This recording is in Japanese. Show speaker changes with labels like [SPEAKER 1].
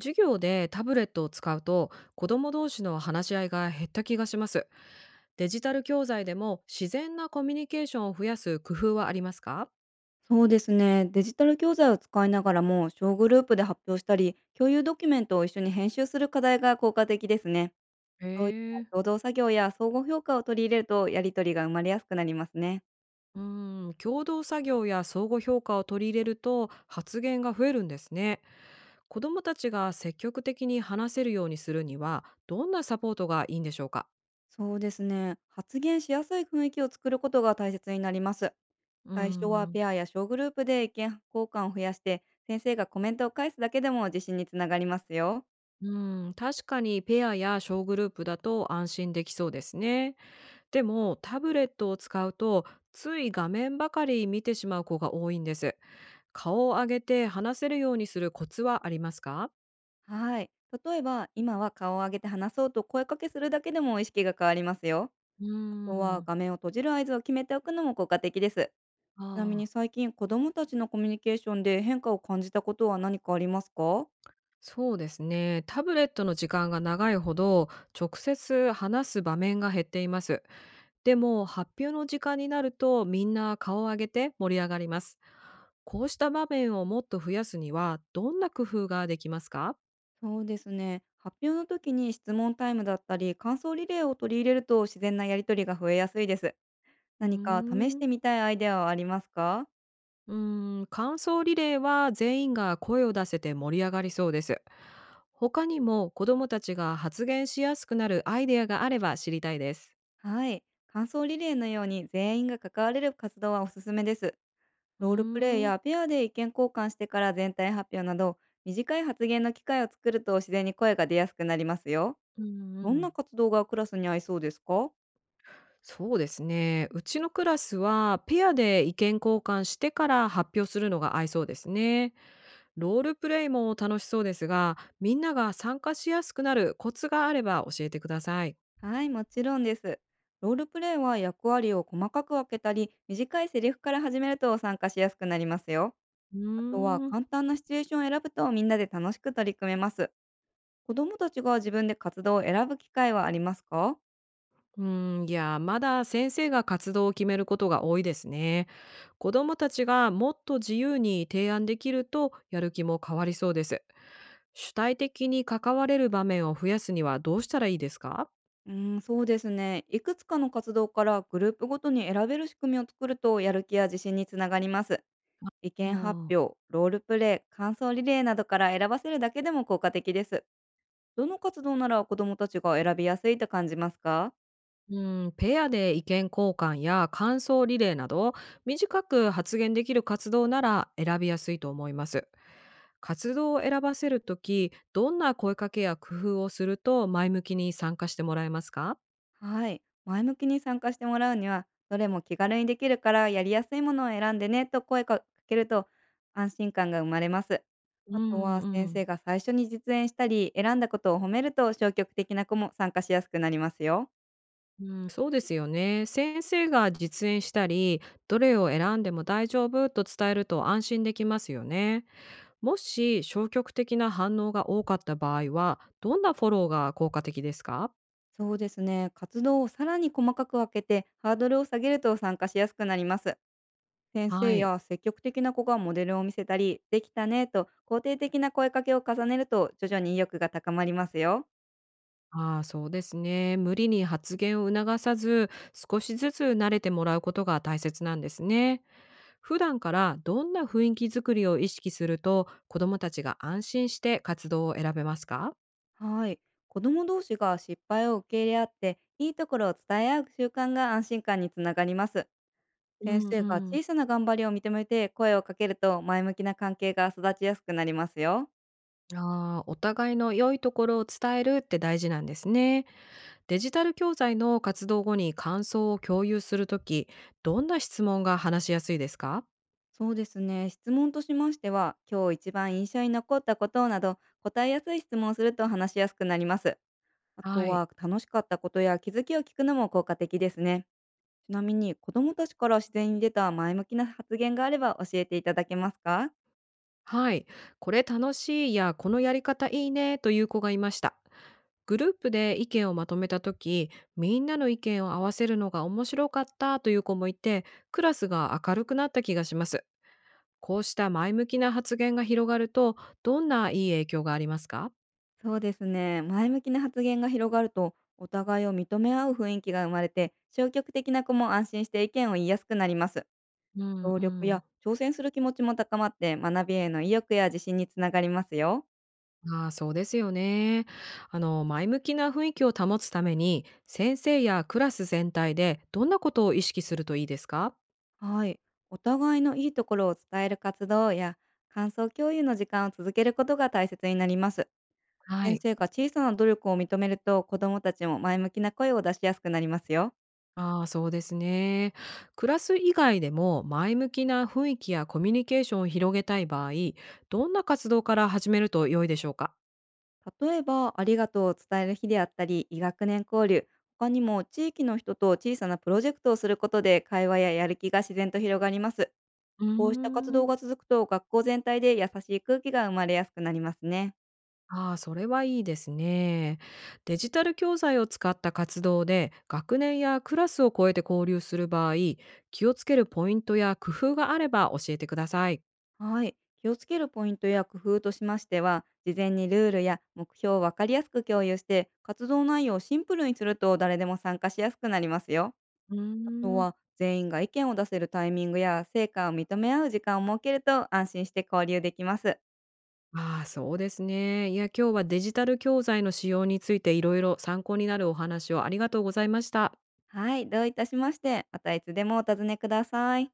[SPEAKER 1] 授業でタブレットを使うと子ども同士の話し合いが減った気がします。デジタル教材でも自然なコミュニケーションを増やす工夫はありますか？
[SPEAKER 2] そうですね。デジタル教材を使いながらも、小グループで発表したり、共有ドキュメントを一緒に編集する課題が効果的ですね。
[SPEAKER 1] へ
[SPEAKER 2] そういった
[SPEAKER 1] え。
[SPEAKER 2] 共同作業や相互評価を取り入れると、やりとりが生まれやすくなりますね。
[SPEAKER 1] うん、共同作業や相互評価を取り入れると発言が増えるんですね。子どもたちが積極的に話せるようにするにはどんなサポートがいいんでしょうか？
[SPEAKER 2] そうですね。発言しやすい雰囲気を作ることが大切になります。
[SPEAKER 1] うー
[SPEAKER 2] 最初は
[SPEAKER 1] ん。
[SPEAKER 2] ペアや小グループで意見交換を増やして、先生がコメントを返すだけでも自信につながりますよ。
[SPEAKER 1] うん、確かにペアや小グループだと安心できそうですね。でもタブレットを使うとつい画面ばかり見てしまう子が多いんです。顔を上げて話せるようにするコツはありますか？
[SPEAKER 2] はい。例えば、今は顔を上げて話そうと声かけするだけでも意識が変わりますよ。
[SPEAKER 1] うー
[SPEAKER 2] あとは
[SPEAKER 1] ん。
[SPEAKER 2] 画面を閉じる合図を決めておくのも効果的です。ちなみに
[SPEAKER 1] ああ、
[SPEAKER 2] 最近子どもたちのコミュニケーションで変化を感じたことは何かありますか？
[SPEAKER 1] そうですね。タブレットの時間が長いほど直接話す場面が減っています。でも発表の時間になるとみんな顔を上げて盛り上がります。こうした場面をもっと増やすにはどんな工夫ができますか？
[SPEAKER 2] そうですね。発表の時に質問タイムだったり感想リレーを取り入れると自然なやりとりが増えやすいです。
[SPEAKER 1] うー
[SPEAKER 2] 何か試し
[SPEAKER 1] ん
[SPEAKER 2] てみたいアイデアはありますか？
[SPEAKER 1] 感想リレーは全員が声を出せて盛り上がりそうです。他にも子どもたちが発言しやすくなるアイデアがあれば知りたいです。
[SPEAKER 2] はい。感想リレーのように全員が関われる活動はおすすめです。
[SPEAKER 1] うー
[SPEAKER 2] ロールプレイ
[SPEAKER 1] ん、うん
[SPEAKER 2] やペアで意見交換してから全体発表など、短い発言の機会を作ると自然に声が出やすくなりますよ。
[SPEAKER 1] う
[SPEAKER 2] どんな
[SPEAKER 1] ん。
[SPEAKER 2] 活動がクラスに合いそうですか？
[SPEAKER 1] そうですね。うちのクラスはペアで意見交換してから発表するのが合いそうですね。ロールプレイも楽しそうですが、みんなが参加しやすくなるコツがあれば教えてください。
[SPEAKER 2] はい、もちろんです。ロールプレイは役割を細かく分けたり、短いセリフから始めると参加しやすくなりますよ。
[SPEAKER 1] う
[SPEAKER 2] あとは
[SPEAKER 1] ーん
[SPEAKER 2] 簡単なシチュエーションを選ぶとみんなで楽しく取り組めます。子どもたちが自分で活動を選ぶ機会はありますか？
[SPEAKER 1] ういや、まだ先生が活動を決めることが多いですね。子どもたちがもっと自由に提案できるとやる気も変わりそうです。主体的に関われる場面を増やすにはどうしたらいいですか？
[SPEAKER 2] そうですね。いくつかの活動からグループごとに選べる仕組みを作るとやる気や自信につながります。意見発
[SPEAKER 1] ああ、
[SPEAKER 2] 表、ロールプレイ、感想リレーなどから選ばせるだけでも効果的です。どの活動なら子どもたちが選びやすいと感じますか？
[SPEAKER 1] うん、ペアで意見交換や感想リレーなど短く発言できる活動なら選びやすいと思います。活動を選ばせるとき、どんな声かけや工夫をすると前向きに参加してもらえますか？
[SPEAKER 2] はい。前向きに参加してもらうには、どれも気軽にできるからやりやすいものを選んでねと声かけると、安心感が生まれます。
[SPEAKER 1] う
[SPEAKER 2] あと
[SPEAKER 1] ん
[SPEAKER 2] は先
[SPEAKER 1] う
[SPEAKER 2] 生
[SPEAKER 1] ん。
[SPEAKER 2] が最初に実演したり、選んだことを褒めると消極的な子も参加しやすくなりますよ。
[SPEAKER 1] うん、そうですよね。先生が実演したり、どれを選んでも大丈夫と伝えると安心できますよね。もし消極的な反応が多かった場合は、どんなフォローが効果的ですか？
[SPEAKER 2] そうですね。活動をさらに細かく分けてハードルを下げると参加しやすくなります。先
[SPEAKER 1] は
[SPEAKER 2] 生
[SPEAKER 1] い。
[SPEAKER 2] や積極的な子がモデルを見せたり、できたねと肯定的な声かけを重ねると徐々に意欲が高まりますよ。
[SPEAKER 1] ああ、そうですね。無理に発言を促さず、少しずつ慣れてもらうことが大切なんですね。普段からどんな雰囲気づくりを意識すると、子どもたちが安心して活動を選べますか？
[SPEAKER 2] はい。子供同士が失敗を受け入れ合って、いいところを伝え合う習慣が安心感につながります。
[SPEAKER 1] う
[SPEAKER 2] 先
[SPEAKER 1] ん
[SPEAKER 2] 生
[SPEAKER 1] う
[SPEAKER 2] が
[SPEAKER 1] ん。
[SPEAKER 2] 小さな頑張りを認めて声をかけると前向きな関係が育ちやすくなりますよ。
[SPEAKER 1] ああ、お互いの良いところを伝えるって大事なんですね。デジタル教材の活動後に感想を共有するとき、どんな質問が話しやすいですか？
[SPEAKER 2] そうですね。質問としましては、今日一番印象に残ったことなど答えやすい質問をすると話しやすくなります。あと
[SPEAKER 1] はい。
[SPEAKER 2] は楽しかったことや気づきを聞くのも効果的ですね。ちなみに子供たちから自然に出た前向きな発言があれば教えていただけますか？
[SPEAKER 1] はい。これ楽しいや、このやり方いいねという子がいました。グループで意見をまとめたとき、みんなの意見を合わせるのが面白かったという子もいて、クラスが明るくなった気がします。こうした前向きな発言が広がると、どんないい影響がありますか？
[SPEAKER 2] そうですね。前向きな発言が広がるとお互いを認め合う雰囲気が生まれて、消極的な子も安心して意見を言いやすくなります。
[SPEAKER 1] うん
[SPEAKER 2] 協
[SPEAKER 1] う
[SPEAKER 2] 力
[SPEAKER 1] ん。
[SPEAKER 2] や挑戦する気持ちも高まって、学びへの意欲や自信につながりますよ。
[SPEAKER 1] ああ、そうですよね。前向きな雰囲気を保つために、先生やクラス全体でどんなことを意識するといいですか？
[SPEAKER 2] はい。お互いのいいところを伝える活動や感想共有の時間を続けることが大切になります。
[SPEAKER 1] は
[SPEAKER 2] 先
[SPEAKER 1] い。
[SPEAKER 2] 生が小さな努力を認めると子どもたちも前向きな声を出しやすくなりますよ。
[SPEAKER 1] ああ、そうですね。クラス以外でも前向きな雰囲気やコミュニケーションを広げたい場合、どんな活動から始めると良いでしょうか？
[SPEAKER 2] 例えば「ありがとう」を伝える日であったり、医学年交流、他にも地域の人と小さなプロジェクトをすることで会話ややる気が自然と広がります。
[SPEAKER 1] うー
[SPEAKER 2] こうした活動
[SPEAKER 1] ん
[SPEAKER 2] が続くと学校全体で優しい空気が生まれやすくなりますね。
[SPEAKER 1] ああ、それはいいですね。デジタル教材を使った活動で学年やクラスを超えて交流する場合、気をつけるポイントや工夫があれば教えてください。
[SPEAKER 2] はい。気をつけるポイントや工夫としましては、事前にルールや目標を分かりやすく共有して、活動内容をシンプルにすると誰でも参加しやすくなりますよ。
[SPEAKER 1] うー
[SPEAKER 2] あとは、
[SPEAKER 1] ん
[SPEAKER 2] 全員が意見を出せるタイミングや成果を認め合う時間を設けると安心して交流できます。
[SPEAKER 1] ああ、そうですね。いや、今日はデジタル教材の使用についていろいろ参考になるお話をありがとうございました。
[SPEAKER 2] はい、どういたしまして、またいつでもお尋ねください。